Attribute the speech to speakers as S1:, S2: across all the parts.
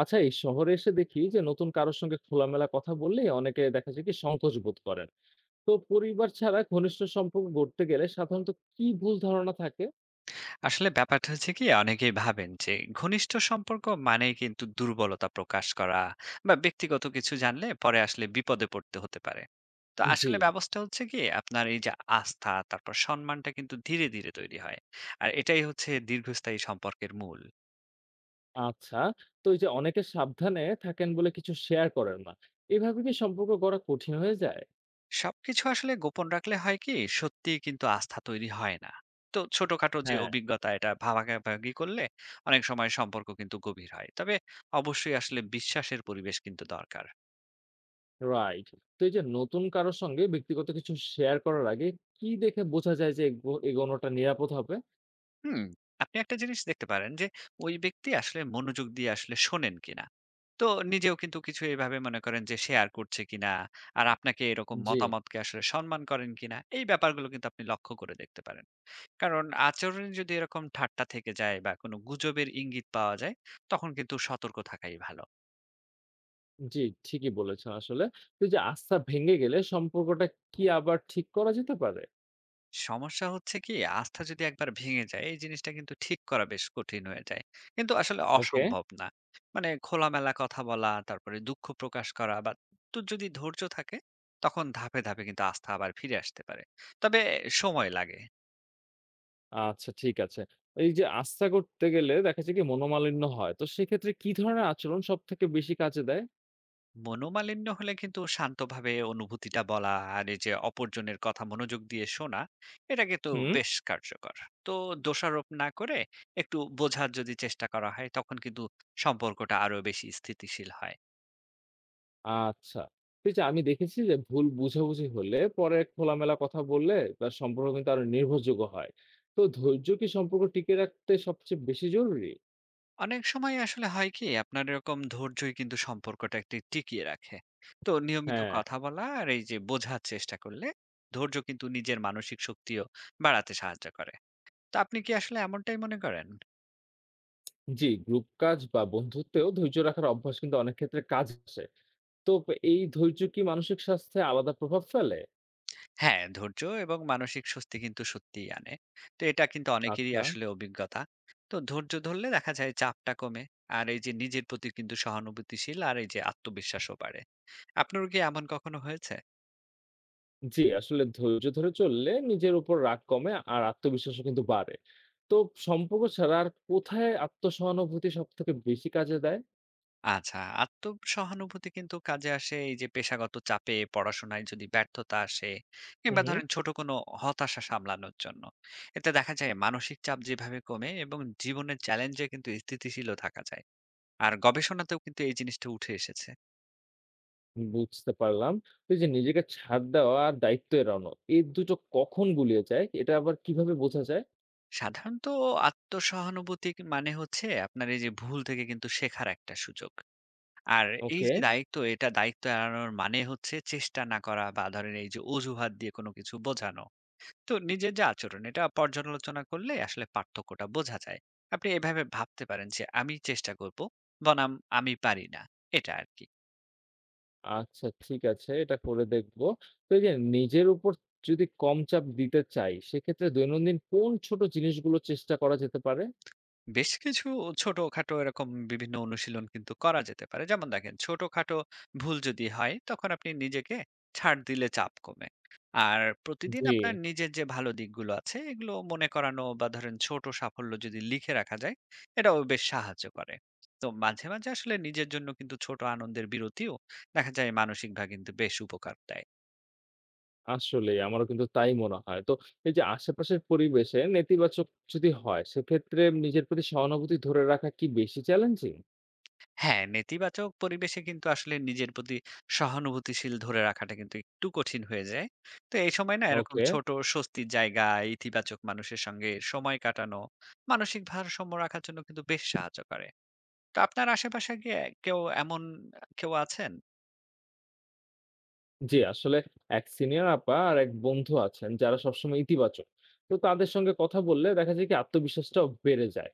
S1: আচ্ছা, এই শহরে এসে দেখি যে নতুন কারোর সঙ্গে খোলামেলা কথা বললে অনেকে দেখা যায় কি সংকোচ বোধ করেন। তো পরিবার ছাড়া ঘনিষ্ঠ সম্পর্ক গড়তে গেলে সাধারণত কি ভুল ধারণা থাকে?
S2: আসলে ব্যাপারটা হচ্ছে কি অনেকেই ভাবেন যে ঘনিষ্ঠ সম্পর্ক মানেই কিন্তু দুর্বলতা প্রকাশ করা বা ব্যক্তিগত কিছু জানলে পরে আসলে বিপদে পড়তে হতে পারে। তো
S1: জি।
S2: আসলে ব্যবস্থা হচ্ছে কি আপনার এই যে আস্থা তারপর সম্মানটা কিন্তু ধীরে ধীরে তৈরি হয়। আর এটাই হচ্ছে দীর্ঘস্থায়ী সম্পর্কের মূল।
S1: আচ্ছা। তো এই যে অনেকে সাবধানে থাকেন বলে কিছু শেয়ার করেন না, এভাবে কি সম্পর্ক গড়া কঠিন হয়ে যায়?
S2: সবকিছু আসলে গোপন রাখলে হয় কি সত্যিই কিন্তু আস্থা তৈরি হয় না। তো ছোটখাটো যে
S1: হ্যাঁ।
S2: অভিজ্ঞতা এটা ভাগাভাগি করলে অনেক সময় সম্পর্ক কিন্তু গভীর হয়, তবে অবশ্যই আসলে বিশ্বাসের পরিবেশ কিন্তু দরকার।
S1: রাইট। তো এই যে নতুন কারোর সঙ্গে ব্যক্তিগত কিছু শেয়ার করার আগে কি দেখে বোঝা যায় যে এগোনোটা নিরাপদ হবে?
S2: হুম, আপনি একটা জিনিস দেখতে পারেন যে ওই ব্যক্তি আসলে মনোযোগ দিয়ে আসলে শোনেন কিনা। তো নিজেও কিন্তু কিছু এভাবে মনে করেন যে শেয়ার করছে কিনা, আর আপনাকে এরকম
S1: জি।
S2: মতামতকে আসলে সম্মান করেন কিনা এই ব্যাপারগুলো কিন্তু আপনি লক্ষ্য করে দেখতে পারেন। কারণ আচরণে যদি এরকম ঠাট্টা থেকে যায় বা কোনো গুজবের ইঙ্গিত পাওয়া যায় তখন কিন্তু সতর্ক থাকাই ভালো।
S1: জি, ঠিকই বলেছেন আসলে। তো এই যে আস্থা ভেঙে গেলে সম্পর্কটা কি আবার ঠিক করা যেতে পারে?
S2: সমস্যা হচ্ছে কি আস্থা যদি একবার ভেঙে যায় এই জিনিসটা কিন্তু ঠিক করা বেশ কঠিন হয়ে যায়, কিন্তু আসলে
S1: ওকে।
S2: অসম্ভব না। মানে খোলামেলা কথা বলা তারপরে দুঃখ প্রকাশ করা বা তো যদি ধৈর্য থাকে তখন ধাপে ধাপে কিন্তু আস্থা আবার ফিরে আসতে পারে, তবে সময় লাগে।
S1: আচ্ছা, ঠিক আছে। এই যে আস্থা করতে গেলে দেখা যায় কি মনোমালিন্য হয়। তো সেক্ষেত্রে কি ধরনের আচরণ সবথেকে বেশি কাজে দেয়?
S2: মনোমালিন্য হলে কিন্তু শান্তভাবে অনুভূতিটা বলা আর এই যে অপরজনের কথা মনোযোগ দিয়ে শোনা এটা কিন্তু
S1: হুম।
S2: বেশ কার্যকর। তো দোষারোপ না করে একটু বোঝার যদি চেষ্টা করা হয় তখন কিন্তু সম্পর্কটা আরো বেশি স্থিতিশীল হয়।
S1: আচ্ছা। তো এই যে আমি দেখেছি যে ভুল বুঝাবুঝি হলে পরে খোলামেলা কথা বললে তার সম্পর্ক কিন্তু আরো নির্ভরযোগ্য হয়। তো ধৈর্য কি সম্পর্ক টিকিয়ে রাখতে সবচেয়ে বেশি জরুরি?
S2: অনেক সময় আসলে হয় কি আপনার এরকম ধৈর্যই কিন্তু সম্পর্কটা একটু টিকিয়ে রাখে। তো নিয়মিত
S1: হ্যাঁ,
S2: কথা বলা আর এই যে বোঝার চেষ্টা করলে ধৈর্য কিন্তু নিজের মানসিক শক্তিও বাড়াতে সাহায্য করে। তো আপনি কি আসলে এমনটাই মনে করেন?
S1: জি, গ্রুপ কাজ বা বন্ধুত্বেও ধৈর্য রাখার অভ্যাস কিন্তু অনেক ক্ষেত্রে কাজ আসে। তো এই ধৈর্য কি মানসিক স্বাস্থ্যে আলাদা প্রভাব ফেলে?
S2: হ্যাঁ, ধৈর্য এবং মানসিক স্বস্তি কিন্তু সত্যিই আনে। তো এটা কিন্তু অনেকেরই
S1: আচ্ছা।
S2: আসলে অভিজ্ঞতা। তো ধৈর্য ধরলে দেখা যায় চাপটা কমে আর এই যে নিজের প্রতি কিন্তু সহানুভূতিশীল আর এই যে আত্মবিশ্বাসও বাড়ে। আপনার কি এমন কখনো হয়েছে?
S1: জি, আসলে ধৈর্য ধরে চললে নিজের উপর রাগ কমে আর আত্মবিশ্বাসও কিন্তু বাড়ে। তো সম্পর্ক ছাড়া আর কোথায় আত্মসহানুভূতি সবথেকে বেশি কাজে দেয়?
S2: আচ্ছা, আত্মসহানুভূতি কিন্তু কাজে আসে এই যে পেশাগত চাপে, পড়াশোনায় যদি ব্যর্থতা আসে
S1: হুম,
S2: কিংবা
S1: হুম।
S2: ধরেন ছোট কোনো হতাশা সামলানোর জন্য। এতে দেখা যায় মানসিক চাপ যেভাবে কমে এবং জীবনের চ্যালেঞ্জে কিন্তু স্থিতিশীলও থাকা যায়। আর গবেষণাতেও কিন্তু এই জিনিসটা উঠে এসেছে।
S1: বুঝতে পারলাম। তো এই যে নিজেকে ছাড় দেওয়া আর দায়িত্ব এড়ানো, এই দুটো কখন গুলিয়ে যায়? এটা আবার কিভাবে বোঝা যায়?
S2: সাধারণত আত্মসহানুভূতি মানে হচ্ছে আপনার এই যে ভুল থেকে কিন্তু শেখার একটা সুযোগ। আর এই
S1: ওকে।
S2: যে দায়িত্ব, এটা দায়িত্ব এড়ানোর মানে হচ্ছে চেষ্টা না করা বা ধরেন এই যে অজুহাত দিয়ে কোনো কিছু বোঝানো। তো নিজের যে আচরণ এটা পর্যালোচনা করলে আসলে পার্থক্যটা বোঝা যায়। আপনি এভাবে ভাবতে পারেন যে আমি চেষ্টা করব বনাম আমি পারি না, এটা আর কি।
S1: আচ্ছা, ঠিক আছে, এটা করে দেখব। তো এই যে নিজের উপর যদি কম চাপ দিতে চাই, সেক্ষেত্রে দৈনন্দিন কোন ছোট জিনিসগুলো চেষ্টা করা যেতে পারে?
S2: বেশ কিছু ছোটখাটো এরকম বিভিন্ন অনুশীলন কিন্তু করা যেতে পারে, যেমন দেখেন ছোটখাটো ভুল যদি হয় তখন আপনি নিজেকে ছাড় দিলে চাপ কমে। আর প্রতিদিন
S1: জি।
S2: আপনার নিজের যে ভালো দিকগুলো আছে এগুলো মনে করানো বা ধরেন ছোট সাফল্য যদি লিখে রাখা যায় এটাও বেশ সাহায্য করে। তো মাঝে মাঝে আসলে নিজের জন্য কিন্তু ছোট আনন্দের বিরতিও দেখা যায় মানসিকভাবে কিন্তু বেশ উপকার দেয়।
S1: আসলেই আমারও কিন্তু তাই মনে হয়। তো এই যে আশেপাশের পরিবেশে নেতিবাচক যদি হয়, সেক্ষেত্রে নিজের প্রতি সহানুভূতি ধরে রাখা কি বেশি চ্যালেঞ্জিং?
S2: হ্যাঁ, নেতিবাচক পরিবেশে কিন্তু আসলে নিজের প্রতি সহানুভূতিশীল ধরে রাখাটা কিন্তু একটু কঠিন হয়ে যায়। তো এই সময় না এরকম
S1: ওকে।
S2: ছোট স্বস্তির জায়গা, ইতিবাচক মানুষের সঙ্গে সময় কাটানো, মানসিক ভারসাম্য রাখার জন্য কিন্তু বেশ সাহায্য করে। তো আপনার আশেপাশে কি কেউ এমন কেউ আছেন?
S1: জি, আসলে এক সিনিয়র আপা আর এক বন্ধু আছেন যারা সবসময় ইতিবাচক। তো তাদের সঙ্গে কথা বললে দেখা যায় কি আত্মবিশ্বাসটাও বেড়ে যায়।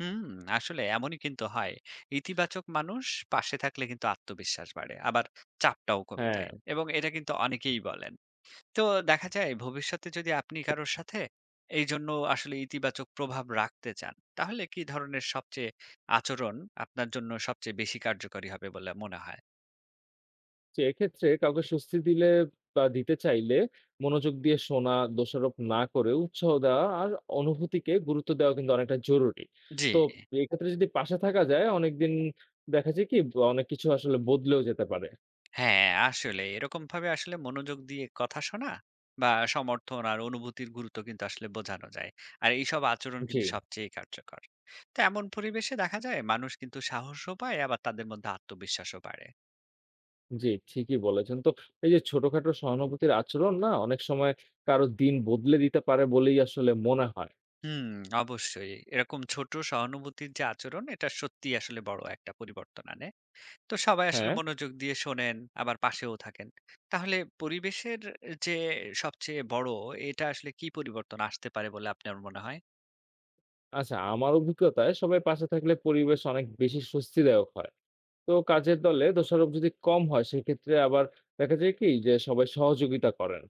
S2: হুম, আসলে এমনই কিন্তু হয়। ইতিবাচক মানুষ পাশে থাকলে কিন্তু আত্মবিশ্বাস বাড়ে। আবার চাপটাও কমে
S1: হ্যাঁ।
S2: যায় এবং এটা কিন্তু অনেকেই বলেন। তো দেখা যায় ভবিষ্যতে যদি আপনি কারোর সাথে এই জন্য আসলে ইতিবাচক প্রভাব রাখতে চান তাহলে কি ধরনের সবচেয়ে আচরণ আপনার জন্য সবচেয়ে বেশি কার্যকরী হবে বলে মনে হয়?
S1: যে এক্ষেত্রে কাউকে স্বস্তি দিলে বা দিতে চাইলে মনোযোগ দিয়ে শোনা, দোষারোপ না করে উৎসাহ দেওয়া আর অনুভূতিকে গুরুত্ব দেওয়া কিন্তু অনেকটা জরুরি।
S2: জি।
S1: তো এক্ষেত্রে যদি পাশে থাকা যায় অনেকদিন, দেখা যায় কি অনেক কিছু আসলে বদলেও যেতে পারে।
S2: হ্যাঁ, আসলে এরকম ভাবে আসলে মনোযোগ দিয়ে কথা শোনা বা সমর্থন আর অনুভূতির গুরুত্ব কিন্তু আসলে বোঝানো যায়। আর এইসব আচরণ
S1: জি,
S2: কিন্তু সবচেয়ে কার্যকর। তো এমন পরিবেশে দেখা যায় মানুষ কিন্তু সাহসও পায় আবার তাদের মধ্যে আত্মবিশ্বাসও বাড়ে।
S1: জি, ঠিকই বলেছেন। তো এই যে ছোটখাটো সহানুভূতির আচরণ না অনেক সময় কারো দিন বদলে দিতে পারে বলেই আসলে মনে হয়।
S2: হুম, অবশ্যই। এরকম ছোট সহানুভূতির যে আচরণ, এটা সত্যিই আসলে বড় একটা পরিবর্তন আনে। তো সবাই আসলে
S1: হ্যাঁ?
S2: মনোযোগ দিয়ে শোনেন, আবার পাশেও থাকেন। তাহলে পরিবেশের যে সবচেয়ে বড়, এটা আসলে কি পরিবর্তন আসতে পারে বলে আপনার মনে হয়?
S1: আচ্ছা, আমার অভিজ্ঞতায় সবাই পাশে থাকলে পরিবেশ অনেক বেশি স্বস্তিদায়ক হয়। তো কাজের দলে দোষারোপ যদি কম হয় সেক্ষেত্রে আবার দেখা যায় কি যে সবাই সহযোগিতা করেন।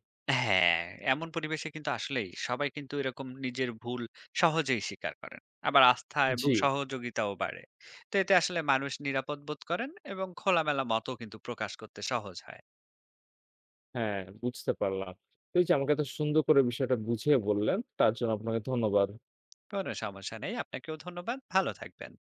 S2: হ্যাঁ, এমন পরিবেশে কিন্তু আসলেই সবাই কিন্তু এরকম নিজের ভুল সহজেই স্বীকার করেন। আবার আস্থা এবং
S1: জি,
S2: সহযোগিতাও বাড়ে। তো এতে আসলে মানুষ নিরাপদ বোধ করেন এবং খোলামেলা মতও কিন্তু প্রকাশ করতে সহজ হয়।
S1: হ্যাঁ, বুঝতে পারলাম। তো এই যে আমাকে এত সুন্দর করে বিষয়টা বুঝিয়ে বললেন তার জন্য আপনাকে ধন্যবাদ।
S2: কোনো সমস্যা নেই। আপনাকেও ধন্যবাদ। ভালো থাকবেন।